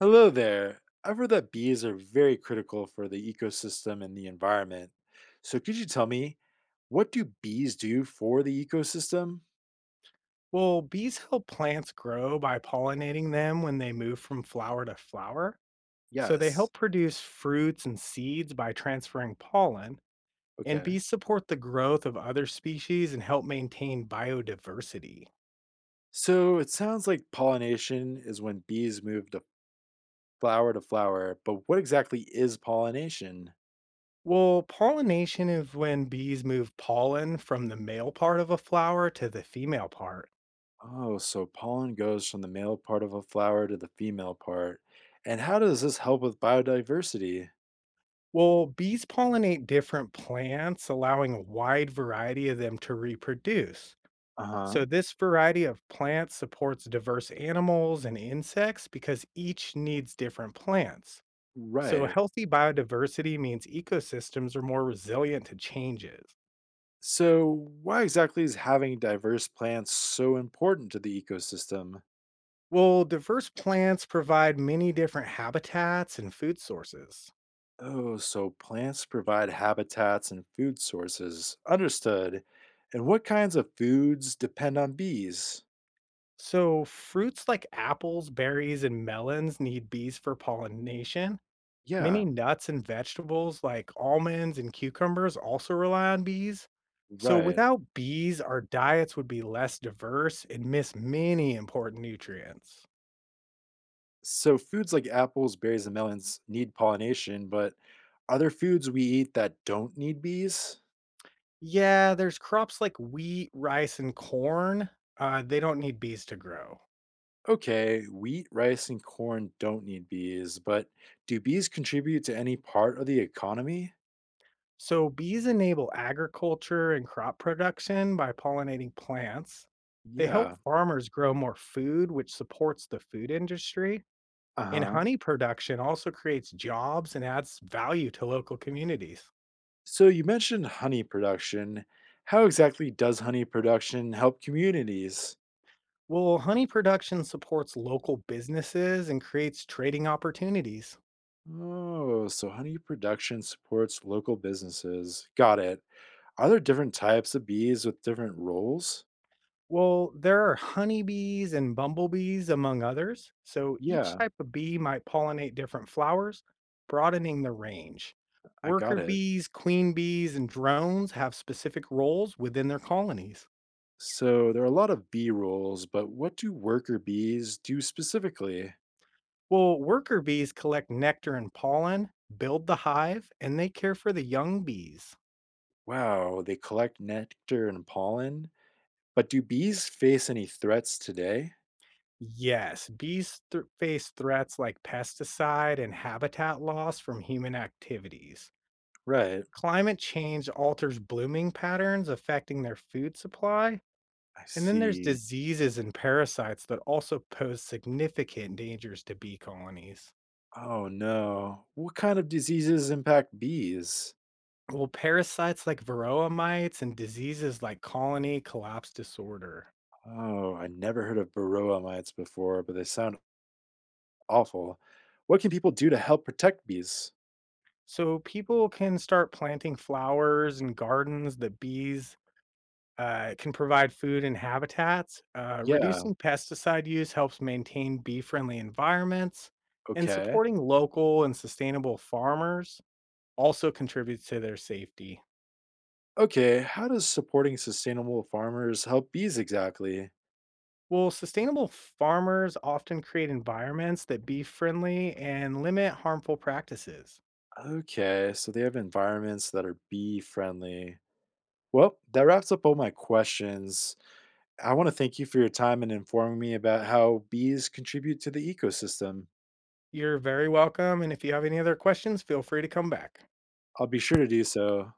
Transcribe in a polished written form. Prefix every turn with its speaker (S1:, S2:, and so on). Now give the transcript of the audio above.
S1: Hello there. I've heard that bees are very critical for the ecosystem and the environment. So, could you tell me, what do bees do for the ecosystem?
S2: Well, bees help plants grow by pollinating them when they move from flower to flower. So they
S1: Yes.
S2: help produce fruits and seeds by transferring pollen, and
S1: Okay.
S2: bees support the growth of other species and help maintain biodiversity.
S1: So, it sounds like pollination is when bees move to flower, but what exactly is pollination?
S2: Well, pollination is when bees move pollen from the male part of a flower to the female part.
S1: Oh, so pollen goes from the male part of a flower to the female part. And how does this help with biodiversity?
S2: Well, bees pollinate different plants, allowing a wide variety of them to reproduce.
S1: Uh
S2: So,
S1: huh.
S2: this variety of plants supports diverse animals and insects because each needs different plants. So,
S1: Right.
S2: healthy biodiversity means ecosystems are more resilient to changes.
S1: So, why exactly is having diverse plants so important to the ecosystem?
S2: Well, diverse plants provide many different habitats and food sources.
S1: Oh, so plants provide habitats and food sources. Understood. And what kinds of foods depend on bees?
S2: So, fruits like apples, berries, and melons need bees for pollination. Many
S1: Yeah,
S2: nuts and vegetables like almonds and cucumbers also rely on bees. So
S1: right.
S2: without bees, our diets would be less diverse and miss many important nutrients.
S1: So, foods like apples, berries, and melons need pollination, but are there foods we eat that don't need bees?
S2: Yeah, there's crops like wheat, rice, and corn. They don't need bees to grow.
S1: Okay, wheat, rice, and corn don't need bees, but do bees contribute to any part of the economy?
S2: So bees enable agriculture and crop production by pollinating plants. They help
S1: Yeah.
S2: farmers grow more food, which supports the food industry.
S1: Uh
S2: And
S1: huh.
S2: honey production also creates jobs and adds value to local communities.
S1: So you mentioned honey production. How exactly does honey production help communities?
S2: Well, honey production supports local businesses and creates trading opportunities.
S1: Oh, so honey production supports local businesses. Got it. Are there different types of bees with different roles?
S2: Well, there are honeybees and bumblebees, among others. So each
S1: Yeah,
S2: type of bee might pollinate different flowers, broadening the range.
S1: I
S2: Worker
S1: got it.
S2: bees, queen bees, and drones have specific roles within their colonies.
S1: So there are a lot of bee roles, but what do worker bees do specifically?
S2: Well, worker bees collect nectar and pollen, build the hive, and they care for the young bees.
S1: Wow, they collect nectar and pollen. But do bees face any threats today?
S2: Yes, bees thr face threats like pesticide and habitat loss from human activities.
S1: Right,
S2: Climate change alters blooming patterns, affecting their food supply.
S1: I
S2: And then there's
S1: see.
S2: diseases and parasites that also pose significant dangers to bee colonies.
S1: Oh, no. What kind of diseases impact bees?
S2: Well, parasites like varroa mites and diseases like colony collapse disorder.
S1: Oh, I never heard of varroa mites before, but they sound awful. What can people do to help protect bees?
S2: So people can start planting flowers and gardens that bees it can provide food and habitats.
S1: Yeah,
S2: Reducing pesticide use helps maintain bee friendly environments, and
S1: okay.
S2: supporting local and sustainable farmers also contributes to their safety.
S1: Okay, how does supporting sustainable farmers help bees exactly?
S2: Well, sustainable farmers often create environments that bee friendly and limit harmful practices.
S1: Okay, so they have environments that are bee friendly. Well, that wraps up all my questions. I want to thank you for your time and informing me about how bees contribute to the ecosystem.
S2: You're very welcome. And if you have any other questions, feel free to come back.
S1: I'll be sure to do so.